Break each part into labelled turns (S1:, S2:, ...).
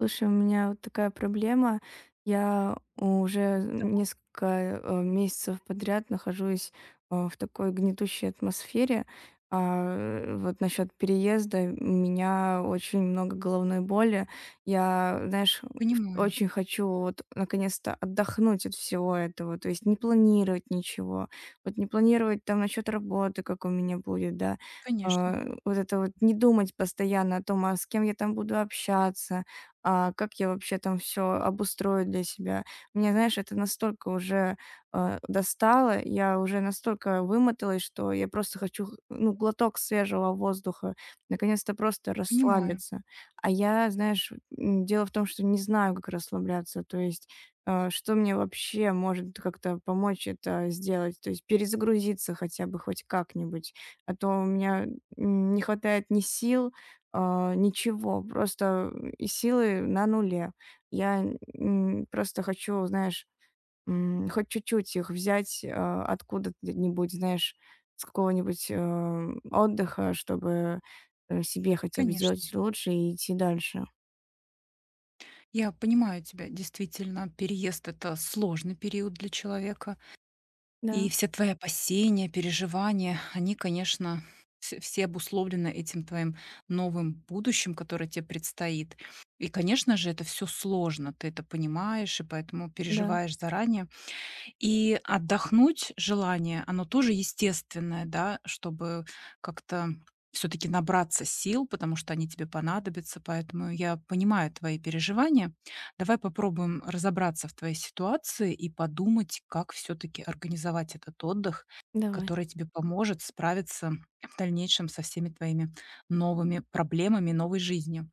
S1: Слушай, у меня вот такая проблема. Я уже несколько месяцев подряд нахожусь в такой гнетущей атмосфере. Вот насчет переезда у меня очень много головной боли. Я, знаешь,
S2: Понимаю,
S1: очень хочу вот наконец-то отдохнуть от всего этого, то есть не планировать ничего. Вот не планировать там насчет работы, как у меня будет, да.
S2: конечно,
S1: Вот это вот не думать постоянно о том, а с кем я там буду общаться, как я вообще там все обустрою для себя. Мне, знаешь, это настолько уже, достало, я уже настолько вымоталась, что я просто хочу, х ну, глоток свежего воздуха, наконец-то просто
S2: понимаю,
S1: расслабиться. А я, знаешь, дело в том, что не знаю, как расслабляться, то есть, что мне вообще может как-то помочь это сделать, то есть перезагрузиться хотя бы хоть как-нибудь, а то у меня, не хватает ни сил, ничего, просто, и силы на нуле. Я, просто хочу, знаешь, хоть чуть-чуть их взять, откуда-нибудь, знаешь, с какого-нибудь, отдыха, чтобы, себе хотя бы сделать
S2: конечно.
S1: лучше и идти дальше.
S2: Я понимаю тебя, действительно, переезд это сложный период для человека, и
S1: Да,
S2: все твои опасения, переживания, они, конечно, все обусловлены этим твоим новым будущим, которое тебе предстоит. И, конечно же, это все сложно, ты это понимаешь, и поэтому
S1: да,
S2: переживаешь заранее. И отдохнуть желание, оно тоже естественное, да, чтобы как-то все таки набраться сил, потому что они тебе понадобятся. Поэтому я понимаю твои переживания. Давай попробуем разобраться в твоей ситуации и подумать, как все таки организовать этот отдых,
S1: давай,
S2: который тебе поможет справиться в дальнейшем со всеми твоими новыми проблемами, новой жизнью.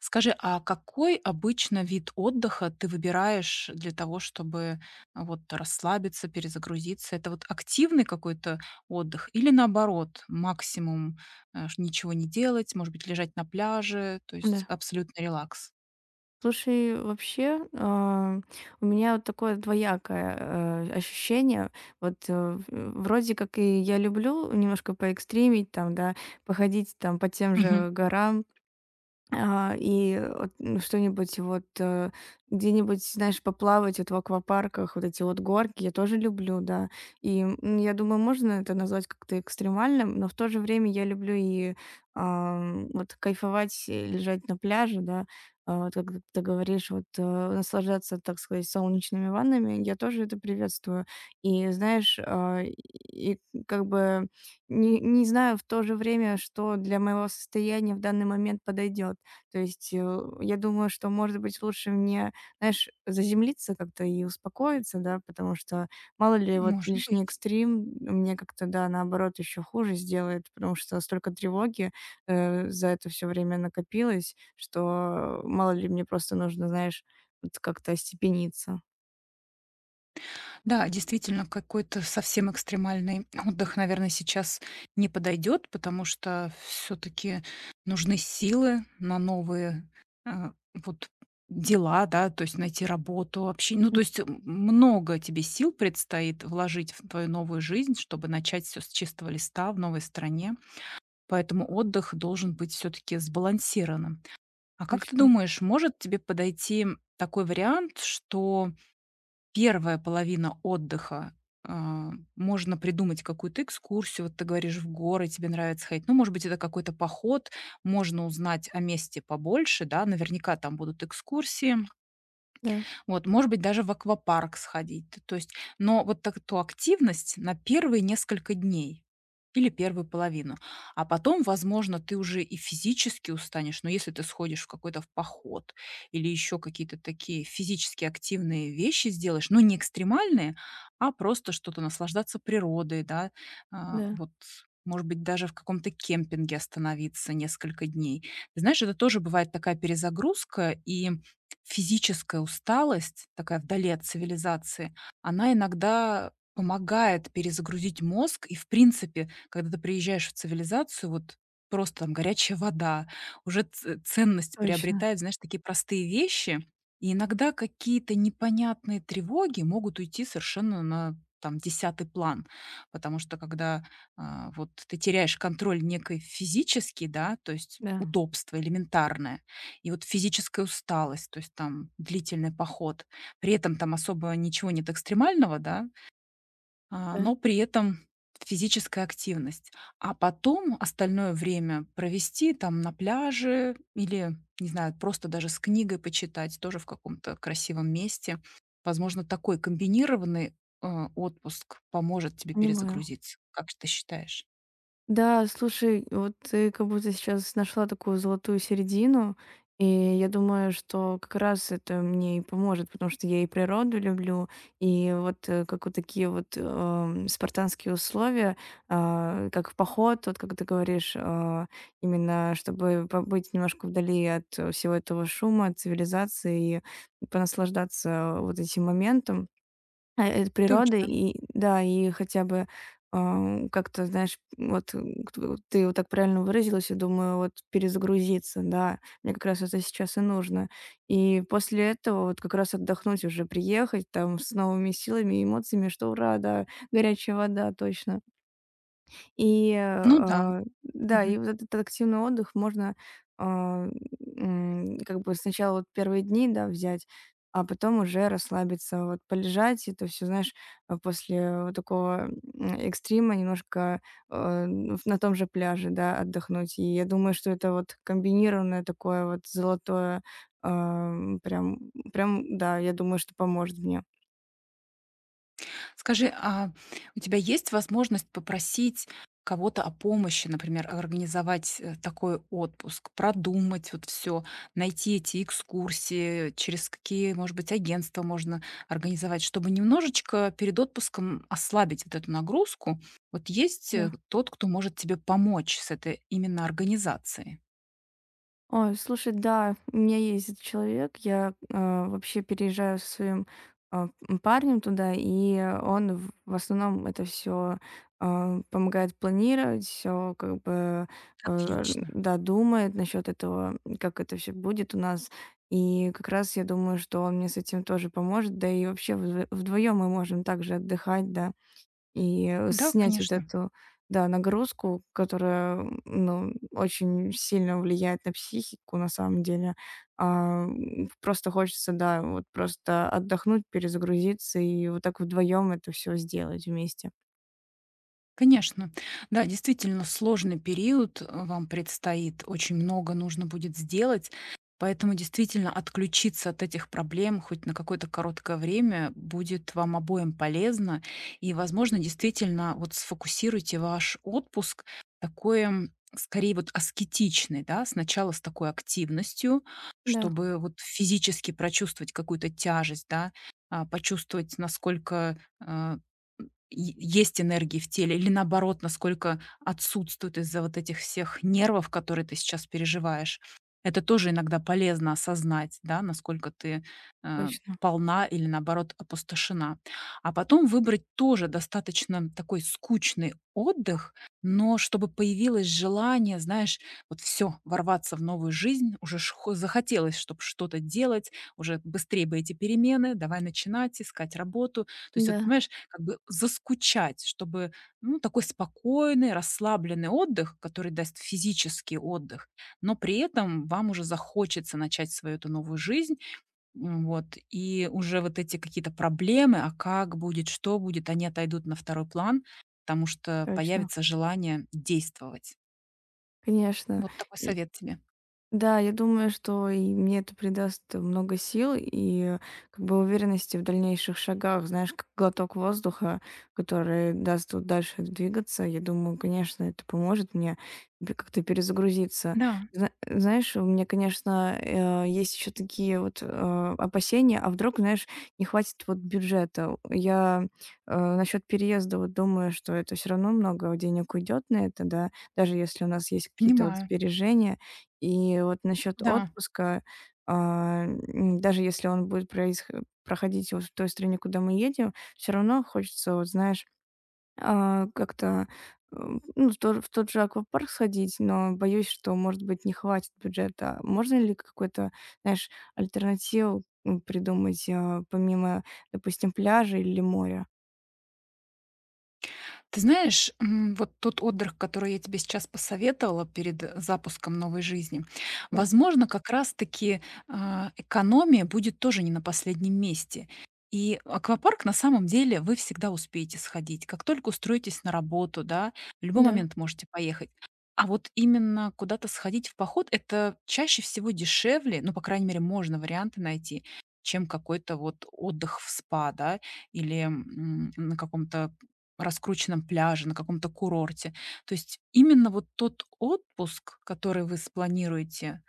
S2: Скажи, а какой обычно вид отдыха ты выбираешь для того, чтобы вот расслабиться, перезагрузиться? Это вот активный какой-то отдых или наоборот, максимум ничего не делать, может быть, лежать на пляже, то есть
S1: да.
S2: абсолютный релакс?
S1: Слушай, вообще, у меня вот такое двоякое, ощущение. Вот, вроде как и я люблю немножко поэкстримить там, да, походить там по тем
S2: Мгм.
S1: же горам, что-нибудь вот, где-нибудь, знаешь, поплавать вот в аквапарках, вот эти вот горки, я тоже люблю, да. И, я думаю, можно это назвать как-то экстремальным, но в то же время я люблю и, вот кайфовать, лежать на пляже, да. Вот как ты говоришь, вот, наслаждаться, так сказать, солнечными ваннами, я тоже это приветствую. И знаешь, и как бы не знаю в то же время, что для моего состояния в данный момент подойдет. То есть, я думаю, что, может быть, лучше мне, знаешь, заземлиться как-то и успокоиться, да, потому что мало ли вот
S2: Может
S1: лишний
S2: быть.
S1: экстрим мне как-то, да, наоборот, еще хуже сделает, потому что столько тревоги, за это все время накопилось, что мало ли мне просто нужно, знаешь, вот как-то остепениться.
S2: Да, действительно, какой-то совсем экстремальный отдых, наверное, сейчас не подойдет, потому что все-таки нужны силы на новые а, вот дела, да, то есть найти работу, общение. Ну, то есть много тебе сил предстоит вложить в твою новую жизнь, чтобы начать все с чистого листа в новой стране. Поэтому отдых должен быть все-таки сбалансированным. А как ты
S1: Точно.
S2: думаешь, может тебе подойти такой вариант, что первая половина отдыха, можно придумать какую-то экскурсию. Вот ты говоришь, в горы тебе нравится ходить. Ну, может быть, это какой-то поход. Можно узнать о месте побольше, да. Наверняка там будут экскурсии.
S1: Да,
S2: Вот, может быть, даже в аквапарк сходить. Т То есть, но вот так ту активность на первые несколько дней или первую половину. А потом, возможно, ты уже и физически устанешь, но если ты сходишь в какой-то в поход или еще какие-то такие физически активные вещи сделаешь, но не экстремальные, а просто что-то наслаждаться природой, да, а,
S1: да,
S2: вот, может быть, даже в каком-то кемпинге остановиться несколько дней. Ты знаешь, это тоже бывает такая перезагрузка, и физическая усталость, такая вдали от цивилизации, она иногда помогает перезагрузить мозг. И, в принципе, когда ты приезжаешь в цивилизацию, вот просто там горячая вода, уже ценность
S1: точно,
S2: приобретает, знаешь, такие простые вещи. И иногда какие-то непонятные тревоги могут уйти совершенно на там десятый план, потому что когда ты теряешь контроль некой физический, да, то есть
S1: да,
S2: удобство элементарное, и вот физическая усталость, то есть там длительный поход. При этом там особо ничего нет экстремального, да,
S1: да,
S2: но при этом физическая активность. А потом остальное время провести там на пляже или, не знаю, просто даже с книгой почитать, тоже в каком-то красивом месте. Возможно, такой комбинированный, э, отпуск поможет тебе
S1: понимаю.
S2: перезагрузиться. Как ты считаешь?
S1: Да, слушай, вот ты как будто сейчас нашла такую золотую середину, и я думаю, что как раз это мне и поможет, потому что я и природу люблю, и вот как вот такие вот спартанские условия, как в поход, вот как ты говоришь, именно чтобы побыть немножко вдали от всего этого шума, от цивилизации и понаслаждаться вот этим моментом. Природы
S2: Точно.
S1: и да, и хотя бы, как-то, знаешь, вот, кто ты вот так правильно выразилась, я думаю, вот перезагрузиться, да. Мне как раз это сейчас и нужно. И после этого вот как раз отдохнуть уже, приехать там с новыми силами и эмоциями, что ура, да, горячая вода, точно. И,
S2: Ну да.
S1: да, и вот этот активный отдых можно, а, как бы сначала вот первые дни, да, взять, а потом уже расслабиться, вот полежать. Это все, знаешь, после вот такого, экстрима немножко, а, в на том же пляже, да, отдохнуть. И я думаю, что это вот комбинированное такое вот золотое, прям, да, я думаю, что поможет мне.
S2: Скажи, а у тебя есть возможность попросить кого-то о помощи, например, организовать такой отпуск, продумать вот все, найти эти экскурсии, через какие, может быть, агентства можно организовать, чтобы немножечко перед отпуском ослабить вот эту нагрузку? Вот есть
S1: Да.
S2: тот, кто может тебе помочь с этой именно организацией?
S1: Ой, слушай, да, у меня есть этот человек. Я, вообще переезжаю со своим, парнем туда, и он в основном это все помогает планировать, все как бы,
S2: Отлично.
S1: да, думает насчёт этого, как это все будет у нас. И как раз я думаю, что он мне с этим тоже поможет. Да и вообще вдвоём мы можем также отдыхать, да. И,
S2: Да,
S1: снять вот
S2: конечно.
S1: эту, да, нагрузку, которая, ну, очень сильно влияет на психику на самом деле. Просто хочется, да, вот просто отдохнуть, перезагрузиться и вот так вдвоем это все сделать вместе.
S2: Конечно. Да, действительно сложный период вам предстоит, очень много нужно будет сделать, поэтому действительно отключиться от этих проблем хоть на какое-то короткое время будет вам обоим полезно. И, возможно, действительно вот сфокусируйте ваш отпуск такой, скорее вот аскетичный, да, сначала с такой активностью,
S1: Да,
S2: чтобы вот физически прочувствовать какую-то тяжесть, да, почувствовать, насколько э, е- есть энергии в теле или наоборот, насколько отсутствует из-за вот этих всех нервов, которые ты сейчас переживаешь. Это тоже иногда полезно осознать, да, насколько ты э,
S1: точно.
S2: полна или наоборот опустошена. А потом выбрать тоже достаточно такой скучный отдых, но чтобы появилось желание, знаешь, вот все, ворваться в новую жизнь, уже захотелось, чтобы что-то делать, уже быстрее бы эти перемены, давай начинать, искать работу, то есть вот,
S1: Да.
S2: понимаешь, как бы заскучать, чтобы, ну, такой спокойный, расслабленный отдых, который даст физический отдых, но при этом вам уже захочется начать свою эту новую жизнь, вот, и уже вот эти какие-то проблемы, а как будет, что будет, они отойдут на второй план, потому что
S1: Точно.
S2: появится желание действовать.
S1: Конечно.
S2: Вот такой совет тебе.
S1: Да, я думаю, что и мне это придаст много сил и как бы уверенности в дальнейших шагах, знаешь, как глоток воздуха, который даст вот дальше двигаться. Я думаю, конечно, это поможет мне как-то перезагрузиться.
S2: Да,
S1: Знаешь, у меня, конечно, есть еще такие вот опасения, а вдруг, знаешь, не хватит вот бюджета. Я насчет переезда вот думаю, что это все равно много денег уйдет на это, да, даже если у нас есть какие-то вот
S2: понимаю.
S1: сбережения. И вот насчет
S2: Да.
S1: отпуска, даже если он будет происх проходить вот в той стране, куда мы едем, все равно хочется, вот знаешь, как-то, ну, в тот же аквапарк сходить, но боюсь, что, может быть, не хватит бюджета. Можно ли какой-то, знаешь, альтернативу, придумать, помимо, допустим, пляжа или моря?
S2: Ты знаешь, вот тот отдых, который я тебе сейчас посоветовала перед запуском новой жизни,
S1: Да,
S2: возможно, как раз-таки экономия будет тоже не на последнем месте. И аквапарк на самом деле вы всегда успеете сходить. Как только устроитесь на работу, да, в любой
S1: да,
S2: момент можете поехать. А вот именно куда-то сходить в поход, это чаще всего дешевле, ну, по крайней мере, можно варианты найти, чем какой-то вот отдых в спа, да, или на каком-то раскрученном пляже, на каком-то курорте. То есть именно вот тот отпуск, который вы спланируете,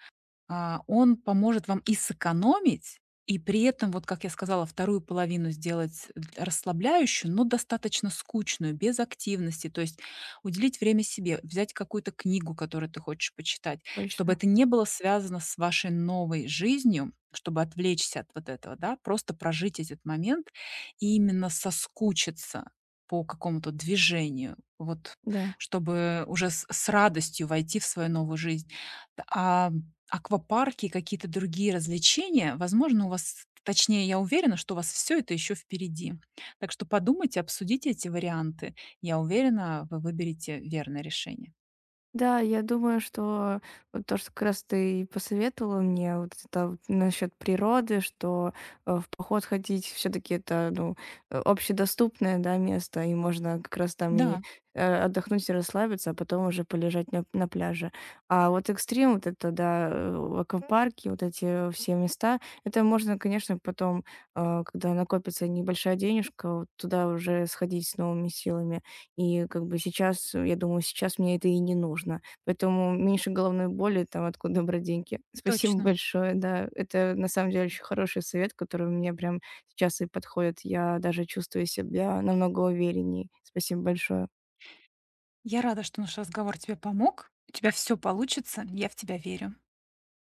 S2: он поможет вам и сэкономить, и при этом, вот как я сказала, вторую половину сделать расслабляющую, но достаточно скучную, без активности. То есть уделить время себе, взять какую-то книгу, которую ты хочешь почитать, чтобы
S1: точно,
S2: это не было связано с вашей новой жизнью, чтобы отвлечься от вот этого, да, просто прожить этот момент и именно соскучиться по какому-то движению, вот
S1: да.
S2: чтобы уже с радостью войти в свою новую жизнь. Т- А Аквапарки, какие-то другие развлечения. Возможно, у вас, точнее, я уверена, что у вас все это еще впереди. Так что подумайте, обсудите эти варианты. Я уверена, вы выберете верное решение.
S1: Да, я думаю, что вот то, что как раз ты и посоветовала мне, вот это вот насчет природы, что в поход ходить все-таки это ну, общедоступное, да, место, и можно как раз там и
S2: Да,
S1: отдохнуть и расслабиться, а потом уже полежать на пляже. А вот экстрим, вот это, да, аквапарки, вот эти все места, это можно, конечно, потом, когда накопится небольшая денежка, вот туда уже сходить с новыми силами. И как бы сейчас, я думаю, сейчас мне это и не нужно. Поэтому меньше головной боли, там откуда брать деньги. Спасибо
S2: точно.
S1: большое, да. Это на самом деле очень хороший совет, который мне прям сейчас и подходит. Я даже чувствую себя намного увереннее. Спасибо большое.
S2: Я рада, что наш разговор тебе помог. У тебя все получится, я в тебя верю.